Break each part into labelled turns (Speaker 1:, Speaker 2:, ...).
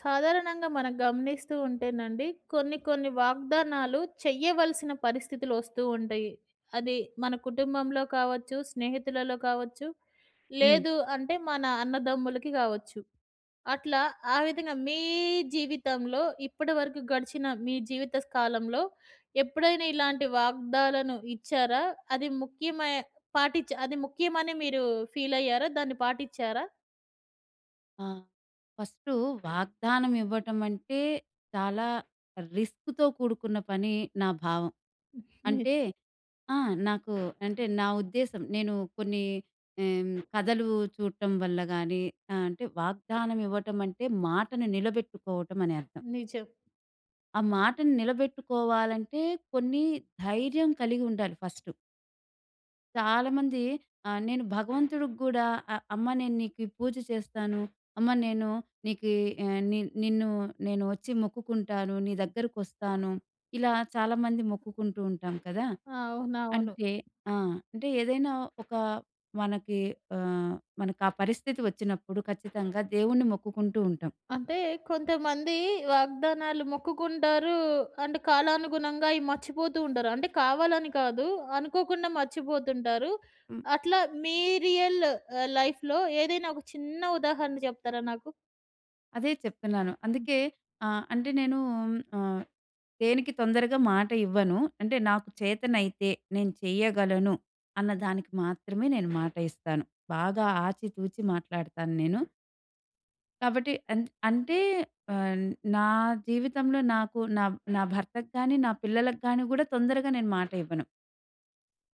Speaker 1: సాధారణంగా మనం గమనిస్తూ ఉంటేనండి, కొన్ని కొన్ని వాగ్దానాలు చెయ్యవలసిన పరిస్థితులు వస్తూ ఉంటాయి. అది మన కుటుంబంలో కావచ్చు, స్నేహితులలో కావచ్చు,
Speaker 2: హ్మ్.
Speaker 1: లేదు అంటే మన అన్నదమ్ములకి కావచ్చు. అట్లా ఆ విధంగా మీ జీవితంలో ఇప్పటివరకు గడిచిన మీ జీవిత కాలంలో ఎప్పుడైనా ఇలాంటి వాగ్దాలను ఇచ్చారా? అది ముఖ్యమై పాటించ అది ముఖ్యమని మీరు ఫీల్ అయ్యారా? దాన్ని పాటించారా?
Speaker 2: ఆ! ఫస్టు వాగ్దానం ఇవ్వటం అంటే చాలా రిస్క్‌తో కూడుకున్న పని నా భావం.
Speaker 1: ని
Speaker 2: అంటే ఆ! నాకు అంటే నా ఉద్దేశం నేను కొన్ని కథలు చూడటం వల్ల గాని అంటే వాగ్దానం ఇవ్వటం అంటే మాటను నిలబెట్టుకోవటం అని అర్థం.
Speaker 1: నిజం.
Speaker 2: ఆ మాటను నిలబెట్టుకోవాలంటే కొన్ని ధైర్యం కలిగి ఉండాలి ఫస్ట్. చాలామంది నేను భగవంతుడికి గూడా అమ్మ నేను నీకు ఈ పూజ చేస్తాను. అమ్మ నేను నీకు ఆహ్, ని నిన్ను నేను వచ్చి మొక్కుకుంటాను. నీ దగ్గరకొస్తాను. ఇలా చాలామంది మొక్కుకుంటూ ఉంటాం కదా!
Speaker 1: అవునవును.
Speaker 2: అంటే ఆ! అంటే ఏదైనా ఒక మనకి ఆహ్, మనకా పరిస్థితి వచ్చినప్పుడు ఖచ్చితంగా దేవుణ్ణి మొక్కుకుంటూ ఉంటాం.
Speaker 1: అంటే కొంతమంది వాగ్దానాలు మొక్కుకుంటారు. అంటే కాలానుగుణంగా అయి మర్చిపోతూ ఉంటారు. అంటే కావాలని కాదు, అనుకోకుండా మర్చిపోతుంటారు. అట్లా మీ రియల్ లైఫ్‌లో ఏదైనా ఒక చిన్న ఉదాహరణ చెప్తారా నాకు?
Speaker 2: అదే చెప్తున్నాను.
Speaker 1: హ్మ్.
Speaker 2: అందుకే ఆహ్, అంటే నేను ఆహ్, దేనికి తొందరగా మాట ఇవ్వను. అంటే నాకు చేతనైతే నేను చేయగలను అన్న దానికి మాత్రమే నేను మాట ఇస్తాను. బాగా ఆచితూచి మాట్లాడతాను నేను. కాబట్టి అంటే ఆహ్, నా జీవితంలో నాకు నా నా భర్తకు గాని, నా పిల్లలకు గాని గూడా తొందరగా నేను మాట ఇవ్వను.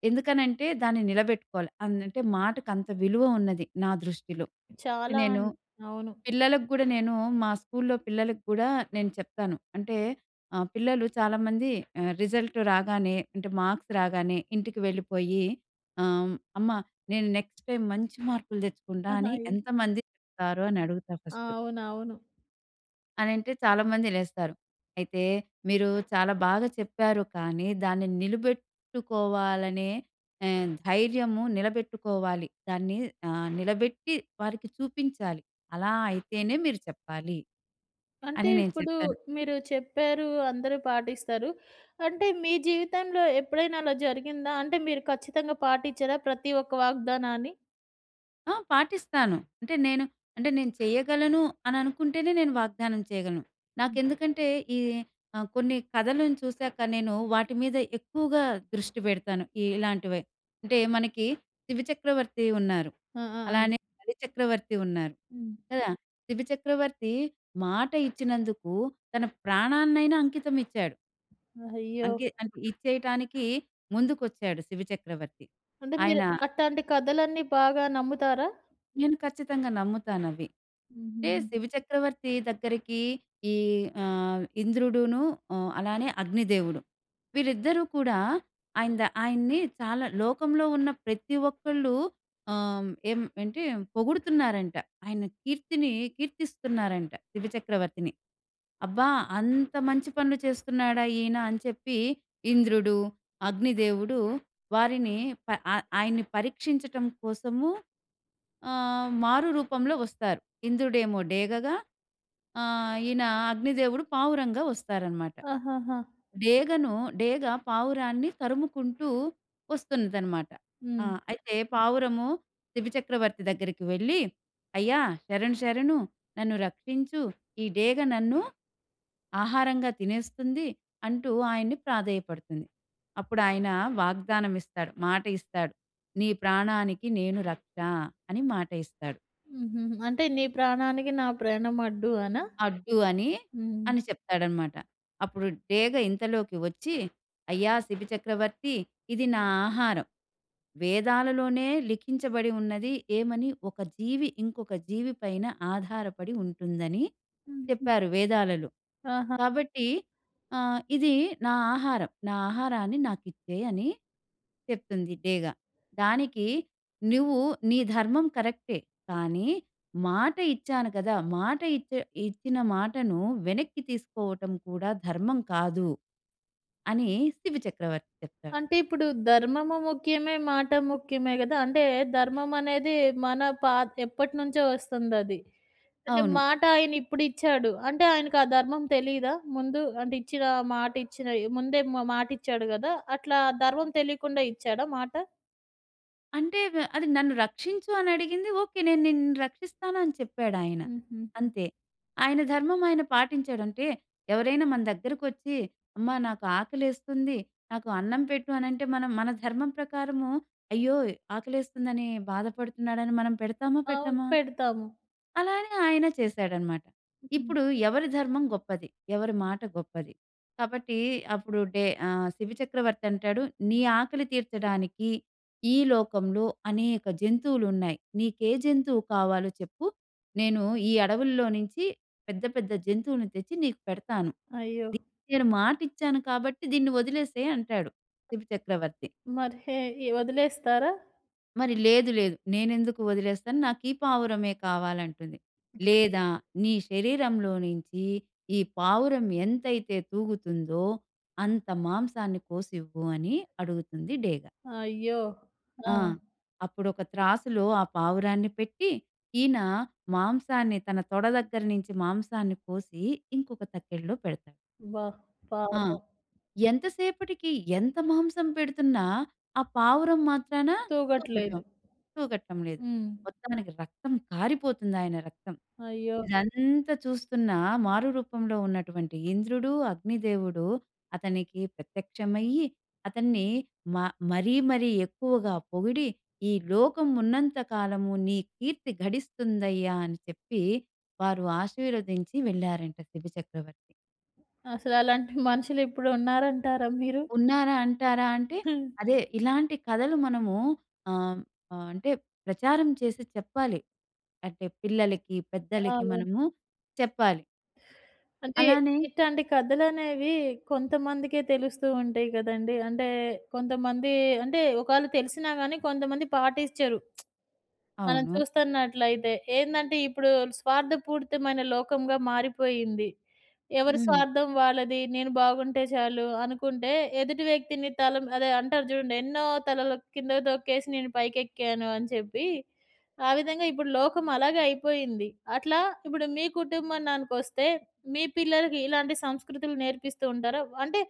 Speaker 2: ఎందుకనంటే దాన్ని నిలబెట్టుకోవాలి. అంటే మాటకంత విలువ ఉన్నది నా దృష్టిలో.
Speaker 1: చాలా
Speaker 2: నేను
Speaker 1: అన్ అవును.
Speaker 2: పిల్లలకు గూడా నేను మా స్కూల్లో పిల్లలకి గూడా నేను చెప్తాను. అంటే పిల్లలు చాలామంది రిజల్ట్ రాగానే అంటే మార్క్స్ రాగానే ఇంటికి వెళ్ళిపోయి "అమ్మ నేను నెక్స్ట్ టైమ్ మంచి మార్కులు తెచ్చుకుంటా"
Speaker 1: ఆహా!
Speaker 2: అని
Speaker 1: ఏ
Speaker 2: ఎంతమంది చెప్తారు అని అడుగుతా ఫస్ట్.
Speaker 1: అవునవును.
Speaker 2: అనంటే చాలామంది లేస్తారు. అయితే "మీరు చాలా బాగా చెప్పారు కానీ దాన్ని నిలబెట్టుకోవాలనే ధైర్యము నిలబెట్టుకోవాలి. దాన్ని నిలబెట్టి వారికి చూపించాలి. అలా అయితేనే మీరు చెప్పాలి."
Speaker 1: అంటే
Speaker 2: అని నేను
Speaker 1: ఇప్పుడు
Speaker 2: చెప్తాను.
Speaker 1: మీరు చెప్పారు, అందరూ పాటిస్తారు. అంటే మీ జీవితంలో ఎప్పుడైనా అలా జరిగిందా? అంటే మీరు ఖచ్చితంగా పాటించారా ప్రతి ఒక్క వాగ్దానాన్ని?
Speaker 2: ఆ! పాటిస్తాను. అంటే నేను చేయగలను అని అనుకుంటేనే నేను వాగ్దానం చేయగలను.
Speaker 1: హ్మ్.
Speaker 2: నాకెందుకంటే ఈ కొన్ని కథలను చూసాక నేను వాటి మీద ఎక్కువగా దృష్టి పెడతాను. ఇలాంటివే. అంటే మనకి 'శివ చక్రవర్తి' ఉన్నారు.
Speaker 1: ఆ! ఆ! ఆ!
Speaker 2: అలానే 'బలి చక్రవర్తి' ఉన్నారు.
Speaker 1: హ్మ్.
Speaker 2: కదా! 'శివ చక్రవర్తి' మాట ఇచ్చినందుకు తన ప్రాణాన్నైనా అంకితం ఇచ్చాడు.
Speaker 1: అయ్యో!
Speaker 2: అంటే ఇచ్చేయటానికి ముందుకొచ్చాడు 'శివ చక్రవర్తి.'
Speaker 1: అంటే మీరు
Speaker 2: ఆయన
Speaker 1: అట్టాంటి కథలన్నీ బాగా నమ్ముతారా?
Speaker 2: నేను ఖచ్చితంగా నమ్ముతానవి. అంటే
Speaker 1: హుహుహు.
Speaker 2: శివ చక్రవర్తి దగ్గరికి ఈ ఇంద్రుడును అలానే అగ్నిదేవుడు. వీళ్ళిద్దరూ కూడా ఆయన్ని చాలా లోకంలో ఉన్న ప్రతి ఒక్కళ్ళు ఆహ్, ఏం ఏంటి పొగుడుతున్నారంట. ఆయన కీర్తిని కీర్తిస్తున్నారంట శివ చక్రవర్తిని. అబ్బా! అంత మంచి పనులు చేస్తున్నాడా ఈయన అని చెప్పి ఇంద్రుడు, అగ్నిదేవుడు వారిని ఆయన్ని పరీక్షించటం కోసము మారు రూపంలో వస్తారు. ఇంద్రుడేమో డేగగా, ఆహ్, ఈయన అగ్నిదేవుడు పావురంగా వస్తారనమాట.
Speaker 1: ఆహాహా!
Speaker 2: డేగను డేగ పావురాన్ని తరుముకుంటూ వస్తున్నదనమాట. ఆ!
Speaker 1: హ్మ్.
Speaker 2: అయితే పావురము శిబిచక్రవర్తి దగ్గరికి వెళ్ళి, "అయ్యా! శరణు శరణు నన్ను రక్షించు. ఈ డేగ నన్ను ఆహారంగా తినేస్తుంది" అంటూ ఆయన్ని ప్రాధేయపడుతుంది. అప్పుడాయన వాగ్దానం ఇస్తాడు. మాట ఇస్తాడు. "నీ ప్రాణానికి నేను రక్ష" అని మాట ఇస్తాడు.
Speaker 1: హుహుహు. అంటే నీ ప్రాణానికి నా ప్రాణం అడ్డు అనా?
Speaker 2: అడ్డు అని,
Speaker 1: హ్మ్.
Speaker 2: అని చెప్తాడనమాట. అప్పుడు డేగ ఇంతలోకి వచ్చి, "అయ్యా శిబి చక్రవర్తి, ఇది నా ఆహారం. వేదాలలోనే లిఖించబడి ఉన్నది ఏమని? ఒక జీవి ఇంకొక జీవి పైన ఆధారపడి ఉంటుందని"
Speaker 1: హుహు.
Speaker 2: చెప్పారు వేదాలలో.
Speaker 1: ఆహా!
Speaker 2: కాబట్టి "ఇది నా ఆహారం. నా ఆహారాన్ని నాకిచ్చేయి" అని చెప్తుంది డేగ. దానికి "నువ్వు నీ ధర్మం కరెక్టే. కానీ" మాట ఇచ్చాను కదా! మాట ఇచ్చే ఇచ్చిన మాటను వెనక్కి తీసుకోవటం కూడా ధర్మం కాదు. అని శివ చక్రవర్తి చెప్తాడు.
Speaker 1: అంటే ఇప్పుడు ధర్మము ముఖ్యమే, మాట ముఖ్యమే గదా! అంటే ధర్మం అనేది మన పా ఎప్పటినుంచో వస్తుందది. అంటే
Speaker 2: అవును.
Speaker 1: మాట ఆయన ఇప్పుడిచ్చాడు. అంటే ఆయనకు ఆ ధర్మం తెలీదా? ముందు అంటే ఇచ్చిన మాట ఇచ్చిన ముందే మాటిచ్చాడు గదా! అట్లా ధర్మం తెలియకుండా ఇచ్చాడా మాట?
Speaker 2: అంటే వ అది నన్ను రక్షించు అని అడిగింది. ఓకే. నేను నిన్ను రక్షిస్తాను అని చెప్పాడాయన.
Speaker 1: హుహు.
Speaker 2: అంతే. ఆయన ధర్మం ఆయన పాటించాడంటే ఎవరైనా మన దగ్గరకొచ్చి, "అమ్మా! నాకు ఆకలేస్తుంది. నాకు అన్నం పెట్టు" అనంటే మనం మన ధర్మం ప్రకారము, "అయ్యో! ఆకలేస్తుందని బాధపడుతున్నాడని" మనం పెడతామా?
Speaker 1: అవును.
Speaker 2: పెట్టమా?
Speaker 1: పెడతాము.
Speaker 2: అలా అని ఆయన చేశాడనమాట.
Speaker 1: హ్మ్.
Speaker 2: ఇప్పుడు ఎవరి ధర్మం గొప్పది. ఎవరి మాట గొప్పది. కాబట్టి అప్పుడు 'శిబి చక్రవర్తి' అంటాడు, "నీ ఆకలి తీర్చడానికి ఈ లోకంలో అనేక జంతువులున్నాయి. నీకే జంతువు కావాలో చెప్పు. నేను ఈ అడవుల్లో నుంచి పెద్ద పెద్ద జంతువులను తెచ్చి నీకు పెడతాను.
Speaker 1: అయ్యో!
Speaker 2: దీనికి నేను మాటిచ్చాను కాబట్టి దీన్ని వదిలేసేయి" అంటాడు 'శిబి చక్రవర్తి.'
Speaker 1: మరి హే ఈ వదిలేస్తారా?
Speaker 2: మరి లేదు లేదు. నేనెందుకు వదిలేస్తాను. నాకీ పావురమే కావాలంటుంది. లేదా నీ శరీరంలో నుంచి ఈ పావురం ఎంతైతే తూగుతుందో అంత మాంసాన్ని కోసివ్వు అని అడుగుతుంది డేగ.
Speaker 1: అయ్యో! ఆ!
Speaker 2: ఆ! అప్పుడొక త్రాసులో ఆ పావురాన్ని పెట్టి ఈయన మాంసాన్ని తన తొడ దగ్గర నుంచి మాంసాన్ని కోసి ఇంకొక తక్కెడలో పెడతాడు.
Speaker 1: అబ్బా!
Speaker 2: ఆ!
Speaker 1: పాపం.
Speaker 2: ఎంతసేపటికి ఎంత మాంసం పెడుతున్నా, ఆ పావురం మాత్రాన తూగటం.
Speaker 1: తూగట్లేదు.
Speaker 2: తూగటం లేదు.
Speaker 1: హ్మ్.
Speaker 2: మొత్తానికి రక్తం కారిపోతుంది ఆయన రక్తం.
Speaker 1: అయ్యో!
Speaker 2: ఇదంతా చూస్తున్న మారు రూపంలో ఉన్నటువంటి ఇంద్రుడు, అగ్నిదేవుడు అతనికి ప్రత్యక్షమయ్యి, అతన్ని మ మరీ మరీ ఎక్కువగా పొగిడి, "ఈ లోకం ఉన్నంత కాలము నీ కీర్తి గడిస్తుందయ్యా" అని చెప్పి వారు ఆశీర్వదించి వెళ్లారంట శిబి చక్రవర్తి.
Speaker 1: అసలలాంటి మనుషులిప్పుడు ఉన్నారంటారా మీరు?
Speaker 2: ఉన్నారా అంటారా? అంటే అదే ఇలాంటి కథలు మనము ఆహ్, ఆహ్, అంటే ప్రచారం చేసి చెప్పాలి. అంటే పిల్లలకి, పెద్దలకి
Speaker 1: అవును.
Speaker 2: మనము చెప్పాలి.
Speaker 1: అంటే
Speaker 2: అలానే
Speaker 1: ఇట్లాంటి కథలనేవి కొంతమందికే తెలుస్తూ ఉంటాయి కదండీ. అంటే కొంతమంది అంటే ఒకవేళ తెలిసినా గాని కొంతమంది పాటించరు. మనం
Speaker 2: అవును.
Speaker 1: చూస్తున్నట్లయితే. ఏందంటే ఇప్పుడు స్వార్థపూరితమైన లోకంగా మారిపోయింది. ఎవరి
Speaker 2: హ్మ్.
Speaker 1: స్వార్థం వాళ్ళది. నేను బాగుంటే చాలు అనుకుంటే ఎదుటి వ్యక్తిని తల అదే అంటారు చూడండి. ఎన్నో తలలు కిందకి తొక్కేసి నేను పైకెక్కాను అని చెప్పి. ఆ విధంగా ఇప్పుడు లోకం అలాగే అయిపోయింది. అట్లా ఇప్పుడు మీ కుటుంబానికొస్తే మీ పిల్లలకి ఇలాంటి సంస్కృతులు నేర్పిస్తూ ఉంటారా? అంటే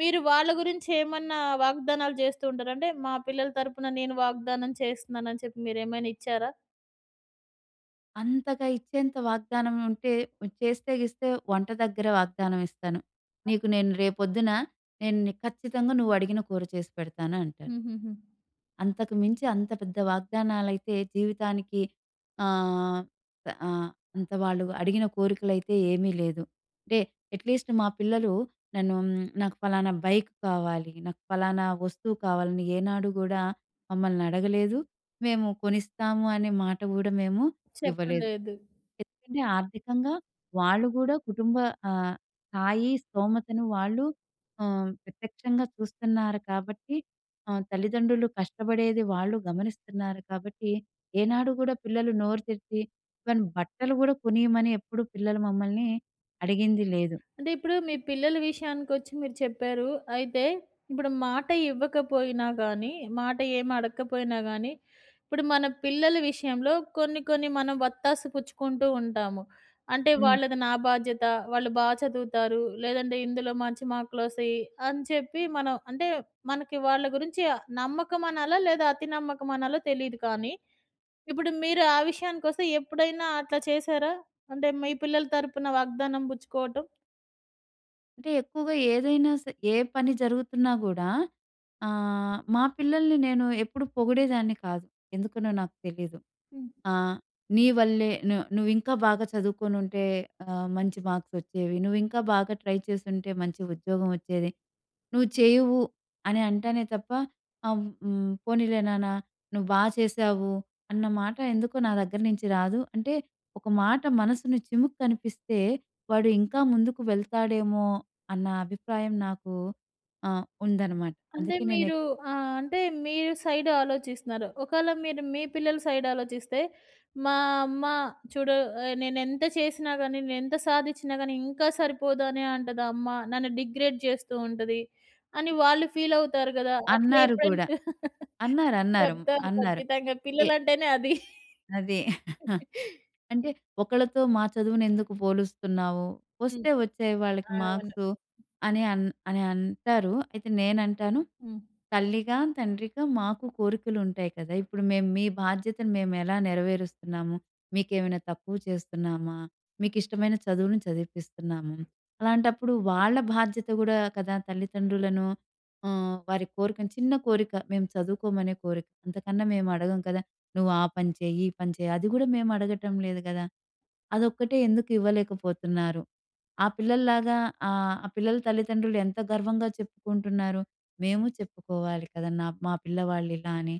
Speaker 1: మీరు వాళ్ళ గురించి ఏమన్నా వాగ్దానాలు చేస్తూ ఉంటారా? అంటే మా పిల్లల తరపున నేను వాగ్దానం చేస్తున్నానని చెప్పి మీరేమైనా ఇచ్చారా?
Speaker 2: అంతగా ఇచ్చేంత వాగ్దానం ఉంటే చేస్తే గిస్తే వంట దగ్గర వాగ్దానం ఇస్తాను. నీకు నేను రేపొద్దున ఖచ్చితంగా నువ్వు అడిగిన కూర చేసి పెడతాను అంటాను.
Speaker 1: హుహుహు.
Speaker 2: అంతకు మించి అంత పెద్ద వాగ్దానాలైతే జీవితానికి ఆహ్, ఆహ్, అంత వాళ్ళు అడిగిన కోరికలైతే ఏమీ లేదు. అంటే అట్‌లీస్ట్ మా పిల్లలు నన్ను "మ్, నాకు ఫలానా బైక్ కావాలి, నాకు ఫలానా వస్తువు కావాలని ఏనాడు గూడా మమ్మల్ని అడగలేదు. మేము కొనిస్తాము అనే మాట గూడా మేము ఇవ్వలేదు.
Speaker 1: చెప్పలేదు.
Speaker 2: ఎందుకంటే ఆర్థికంగా వాళ్ళు గూడా కుటుంబ ఆహ్, స్థాయి, స్థోమతను వాళ్ళు ప్రత్యక్షంగా చూస్తున్నారు కాబట్టి ఆ! తల్లిదండ్రులు కష్టపడేది వాళ్ళు గమనిస్తున్నారు కాబట్టి, ఏనాడు గూడా పిల్లలు నోరు తెరిచి ఈవెన్ బట్టలు గూడా కొనియమని ఎప్పుడు పిల్లలు మమ్మల్ని అడిగింది లేదు.
Speaker 1: అంటే ఇప్పుడు మీ పిల్లల విషయానికొచ్చి మీరు చెప్పారు. అయితే ఇప్పుడు మాట ఇవ్వకపోయినా గానీ, మాట ఏమి అడగకపోయినా గానీ, ఇప్పుడు మన పిల్లల విషయంలో కొన్ని కొన్ని మనం వత్తాసు పుచ్చుకుంటూ ఉంటాము. అంటే
Speaker 2: హ్మ్.
Speaker 1: వాళ్ళది నా బాధ్యత, వాళ్ళు చదువుతారు, లేదంటే ఇందులో మంచి మార్కులొస్తాయి అని చెప్పి మనం అంటే మనకి వాళ్ళ గురించి నమ్మకమనాలా లేదా అతి నమ్మకమనాలో తెలీదు కానీ, ఇప్పుడు మీరు ఆ విషయానికొస్తే ఎప్పుడైనా అట్లా చేశారా? అంటే మీ పిల్లల తరపున వాగ్దానం బుచ్చుకోవటం?
Speaker 2: అంటే ఎక్కువగా ఏదైనా స ఏ పని జరుగుతున్నా గూడా మా పిల్లల్ని నేను ఎప్పుడు పొగిడేదాన్ని కాదు. ఎందుకనో నాకు తెలీదు.
Speaker 1: హ్మ్.
Speaker 2: ఆహ్, "నీ వల్లే ను నువ్వింకా బాగా చదువుకొనుంటే మంచి మార్క్స్ వచ్చేవి. నువ్వింకా బాగా ట్రై చేసుంటే మంచి ఉద్యోగం వచ్చేది." నువ్వు చేయవు అని అంటానే తప్ప, ఆహ్, హ్మ్. పోనీలే నాన్న నువ్వు బా చేశావు అన్న మాట ఎందుకో నా దగ్గర నుంచి రాదు. అంటే ఒక మాట మనసుని చిముక్కనిపిస్తే వాడు ఇంకా ముందుకు వెళ్తాడేమో అన్న అభిప్రాయం నాకు ఉందనమాట.
Speaker 1: అంటే
Speaker 2: అందుకే నేను
Speaker 1: మీరు
Speaker 2: ఎక్
Speaker 1: ఆహ్, అంటే మీరు సైడ్ ఆలోచిస్తున్నారు. ఒకవేళ మీరు మీ పిల్లల సైడ్ ఆలోచిస్తే, మా అమ్మ చూడు నేనెంత చేసినా గానీ, నేనెంత సాధిచ్చినా గానీ ఇంకా సరిపోదనే అంటది ఆ అమ్మ. నన్ను డిగ్రేడ్ చేస్తూ ఉంటది అని వాళ్ళు ఫీలవుతారు గదా! అట్లా
Speaker 2: అన్నారు
Speaker 1: ఎప్పుడైనా
Speaker 2: కూడా. అన్నారు. అన్నారు.
Speaker 1: చెప్తారు
Speaker 2: అన్నారు.
Speaker 1: ఖచ్చితంగా.
Speaker 2: ఎ
Speaker 1: పిల్లలంటేనే అది.
Speaker 2: అదే. అంటే ఒకళ్ళతో మా చదువునెందుకు పోలుస్తున్నావు?
Speaker 1: హ్మ్.
Speaker 2: వస్తే వచ్చాయి వాళ్ళకి
Speaker 1: అవును.
Speaker 2: మార్క్సు అని అంటారు. అయితే నేనంటాను,
Speaker 1: హ్మ్.
Speaker 2: తల్లిగా, తండ్రిగా మాకు కోరికలుంటాయి కదా! ఇప్పుడు మేము మీ బాధ్యతను మేమెలా నెరవేరుస్తున్నాము? మీకేమైనా తక్కువ చేస్తున్నామా? మీకిష్టమైన చదువును చదివిపిస్తున్నాము. అలాంటప్పుడు వాళ్ళ బాధ్యత గూడా కదా! తల్లిదండ్రులను వారి కోరికను చిన్న కోరిక మేము చదువుకోమనే కోరిక. అంతకన్నా మేమడగం కదా! నువ్వు ఆ పని చెయ్యి, ఈ పని చెయ్యి. అది గూడా మేము అడగటం లేదు గదా! అదొక్కటే ఎందుకు ఇవ్వలేకపోతున్నారు? ఆ పిల్లల్లాగా ఆ పిల్లల తల్లిదండ్రులు ఎంత గర్వంగా చెప్పుకుంటున్నారు. మేము చెప్పుకోవాలి కదా! మా పిల్లవాళ్ళు ఇలా అని,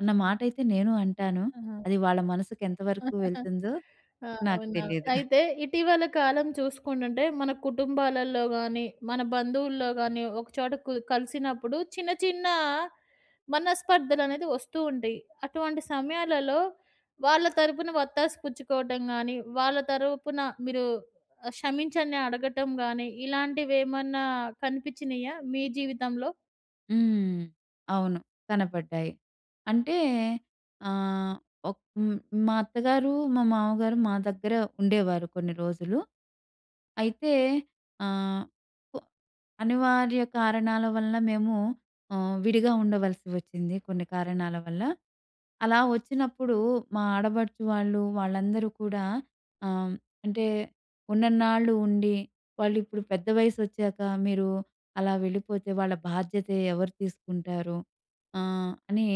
Speaker 2: అన్న మాటయితే నేను అంటాను.
Speaker 1: ఆ!
Speaker 2: అది వాళ్ళ మనసుకి ఎంతవరకు వెళ్తుందో
Speaker 1: ఆ,
Speaker 2: నాకు
Speaker 1: అవునా!
Speaker 2: తెలీదు.
Speaker 1: అయితే ఇటీవల కాలం చూసుకుంటుంటే మన కుటుంబాలలో గాని, మన బంధువుల్లో గాని ఒకచోట కలిసినప్పుడు చిన్న చిన్న మనస్పర్ధలనేది వస్తూ ఉంటాయి. అటువంటి సమయాలలో వాళ్ళ తరపున వత్తాసు పుచ్చుకోవటం గాని, వాళ్ళ తరపున మీరు క్షమించండి అడగటం గాని ఇలాంటివేమన్నా కనిపించినియా మీ జీవితంలో?
Speaker 2: హ్మ్. అవును. కనపడ్డాయి. అంటే ఆహ్, ఒక్ హ్మ్. మా అత్తగారు, మా మామగారు మా దగ్గర ఉండేవారు కొన్ని రోజులు. అయితే ఆహ్, కొ అనివార్య కారణాల వల్ల మేము విడిగా ఉండవలసి వచ్చింది కొన్ని కారణాల వల్ల. అలా వచ్చినప్పుడు మా ఆడబడుచు వాళ్ళు, వాళ్ళందరూ కూడా ఆహ్, అంటే ఉన్నన్నాళ్ళు ఉండి, వాళ్ళిప్పుడు పెద్ద వయసొచ్చాక మీరు అలా వెళ్ళిపోతే వాళ్ళ బాధ్యత ఎవరు తీసుకుంటారు? ఆహ్, అని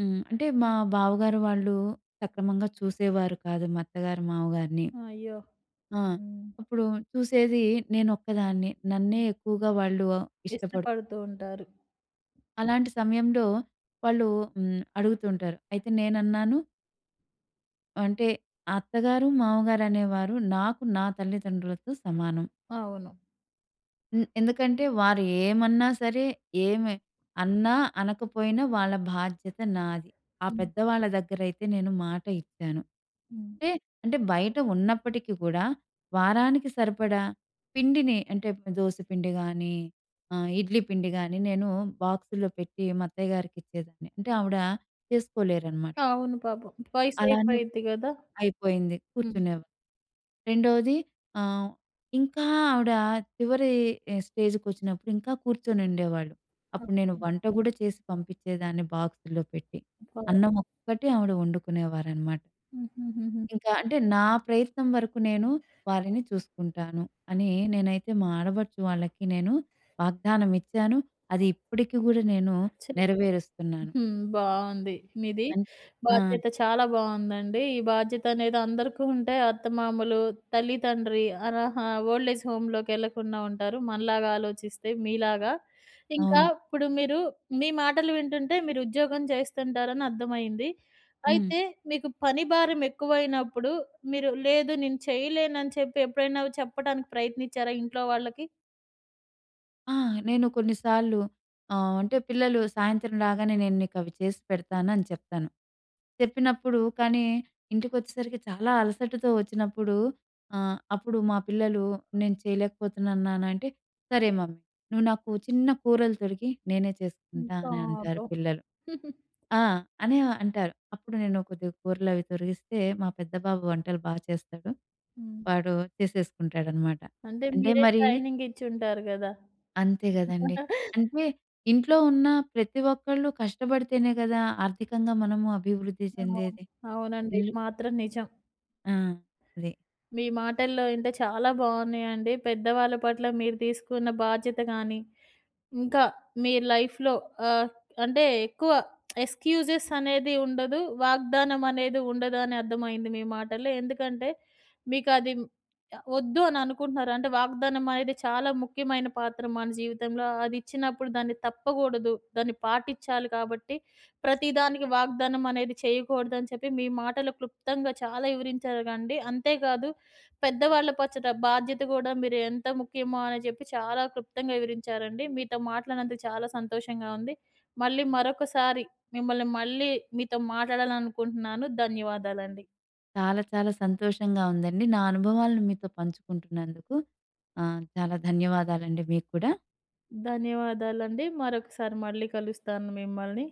Speaker 2: హ్మ్. అంటే మా బావగారు వాళ్ళు సక్రమంగా చూసేవారు కాదు మా అత్తగారు, మామగారిని.
Speaker 1: అయ్యో!
Speaker 2: ఆ!
Speaker 1: హ్మ్.
Speaker 2: అప్పుడు చూసేది నేనొక్కదాన్ని. నన్నే ఎక్కువగా వాళ్ళు ఇష్టపడు
Speaker 1: ఇష్టపడుతూ ఉంటారు.
Speaker 2: అలాంటి సమయంలో వాళ్ళు హ్మ్. అడుగుతుంటారు. అయితే నేనన్నాను అంటే అత్తగారు, మామగారు అనేవారు నాకు నా తల్లిదండ్రులతో సమానం.
Speaker 1: అవును.
Speaker 2: హ్మ్. ఎందుకంటే వారు ఏమన్నా సరే, ఏమి అన్నా, అనకపోయినా వాళ్ళ బాధ్యత నాది. ఆ
Speaker 1: హ్మ్.
Speaker 2: పెద్దవాళ్ళ దగ్గరైతే నేను మాట ఇచ్చాను.
Speaker 1: హ్మ్.
Speaker 2: అంటే, అంటే బయట ఉన్నప్పటికి కూడా వారానికి సరిపడా పిండిని అంటే దోస పిండి గానీ, ఇడ్లీ పిండి గానీ నేను బాక్సుల్లో పెట్టి మా అత్తయ్య గారికిచ్చేదాన్ని. అంటే ఆవిడ చేసుకోలేరనమాట.
Speaker 1: అవును పాపం.
Speaker 2: అలానే
Speaker 1: వయసయిపోయిద్ది గదా!
Speaker 2: అయిపోయింది.
Speaker 1: హ్మ్.
Speaker 2: కూర్చునేవారు. రెండోది ఆహ్, ఇంకా ఆవిడ చివరి స్టేజ్‌కొచ్చినప్పుడు ఇంకా కూర్చొనుండేవాళ్ళు. అప్పుడు నేను
Speaker 1: ఓకే.
Speaker 2: వంట గూడా చేసి పంపించేదాన్ని బాక్సుల్లో పెట్టి.
Speaker 1: పాపం.
Speaker 2: అన్నం ఒక్కటే ఆవిడ వండుకునేవారనమాట.
Speaker 1: హుహుహుహు.
Speaker 2: ఇంకా అంటే నా ప్రయత్నం వరకు నేను వారిని చూసుకుంటాను అని నేనైతే మా ఆడబడుచు వాళ్ళకి నేను వాగ్దానం ఇచ్చాను. అది ఇప్పటికి గూడా నేను
Speaker 1: చి
Speaker 2: నెరవేరుస్తున్నాను.
Speaker 1: హ్మ్. బావుంది మీది.
Speaker 2: అన్ ఆ!
Speaker 1: బాధ్యత చాలా బావుందండి. ఈ బాధ్యత అనేది అందరికీ ఉంటే అత్తమామలు, తల్లి, తండ్రి ఓల్డ్ ఏజ్ హోమ్‌లోకెళ్ళకుండా ఉంటారు. మనలాగా ఆలోచిస్తే మీలాగా. ఇంకా
Speaker 2: అవును.
Speaker 1: ఇప్పుడు మీరు మీ మాటలు వింటుంటే మీరు ఉద్యోగం చేస్తుంటారని అర్థమైంది.
Speaker 2: హ్మ్.
Speaker 1: అయితే మీకు పని భారం ఎక్కువైనప్పుడు మీరు లేదు నేను చేయలేనని చెప్పి ఎప్పుడైనా చెప్పడానికి ప్రయత్నించారా ఇంట్లో వాళ్ళకి?
Speaker 2: ఆ! నేను కొన్నిసార్లు ఆహ్, అంటే పిల్లలు సాయంత్రం రాగానే నేను నీకవి చేసి పెడతాను అని చెప్తాను. చెప్పినప్పుడు కానీ ఇంటికొచ్చేసరికి చాలా అలసటతో వచ్చినప్పుడు అప్పుడు మా పిల్లలు "నేను చేయలేకపోతున్నాను నాన్న" అంటే, "సరే మమ్మీ నువ్వు నాకు చిన్న కూరలు తొడిగి నేనే చేసుకుంటా" అని అంటారు
Speaker 1: పాపం.
Speaker 2: పిల్లలు. ఆ! అని అంటారు. అప్పుడు నేను కొద్దిగా కూరలవి తొరిగిస్తే మా పెద్ద బాబు వంటలు బా చేస్తాడు.
Speaker 1: హ్మ్.
Speaker 2: వాడు చేసేసుకుంటాడనమాట.
Speaker 1: అంటే
Speaker 2: అంటే
Speaker 1: మీరే
Speaker 2: మరి
Speaker 1: ట్రైనింగ్ ఇచ్చుంటారు గదా!
Speaker 2: అంతే గదండీ. అంటే ఇంట్లో ఉన్న ప్రతి ఒక్కళ్ళు కష్టపడితేనే గదా! ఆర్థికంగా మనము అభివృద్ధి
Speaker 1: అవును.
Speaker 2: చెందేది.
Speaker 1: అవునండి.
Speaker 2: ఇల్లు
Speaker 1: ఇది మాత్రం నిజం.
Speaker 2: ఆ! అదే.
Speaker 1: మీ మాటల్లో ఇంటే చాలా బాగున్నాయండి. పెద్దవాళ్ళ పట్ల మీరు తీసుకున్న బాధ్యత గానీ, ఇంకా మీ లైఫ్‌లో ఆహ్, అంటే ఎక్కువ ఎక్స్‌క్యూజెస్ అనేది ఉండదు. వాగ్దానం అనేది ఉండదు అని అర్థమైంది మీ మాటల్లో. ఎందుకంటే మీకది వద్దు అని అనుకుంటున్నారు. అంటే వాగ్దానం అనేది చాలా ముఖ్యమైన పాత్ర మన జీవితంలో. అది ఇచ్చినప్పుడు దాన్ని తప్పకూడదు. దాన్ని పాటించాలి కాబట్టి ప్రతిదానికి వాగ్దానం అనేది చేయకూడదని చెప్పి మీ మాటలు క్లుప్తంగా చాలా వివరించారు అండి. అంతేకాదు పెద్దవాళ్ళ పచ్చట బాధ్యత గూడా మీరు ఎంత ముఖ్యమో అని చెప్పి చాలా క్లుప్తంగా వివరించారండి. మీతో మాట్లాడినందుకు చాలా సంతోషంగా ఉంది. మళ్ళీ మరొకసారి మిమ్మల్ని మళ్ళీ మీతో మాట్లాడాలనుకుంటున్నాను. ధన్యవాదాలండి.
Speaker 2: చాలా చాలా సంతోషంగా ఉందండి. నా అనుభవాలను మీతో పంచుకుంటున్నందుకు. చాలా ధన్యవాదాలండి మీకు కూడా.
Speaker 1: ధన్యవాదాలండి. మరొకసారి మళ్ళీ కలుస్తాను మిమ్మల్ని.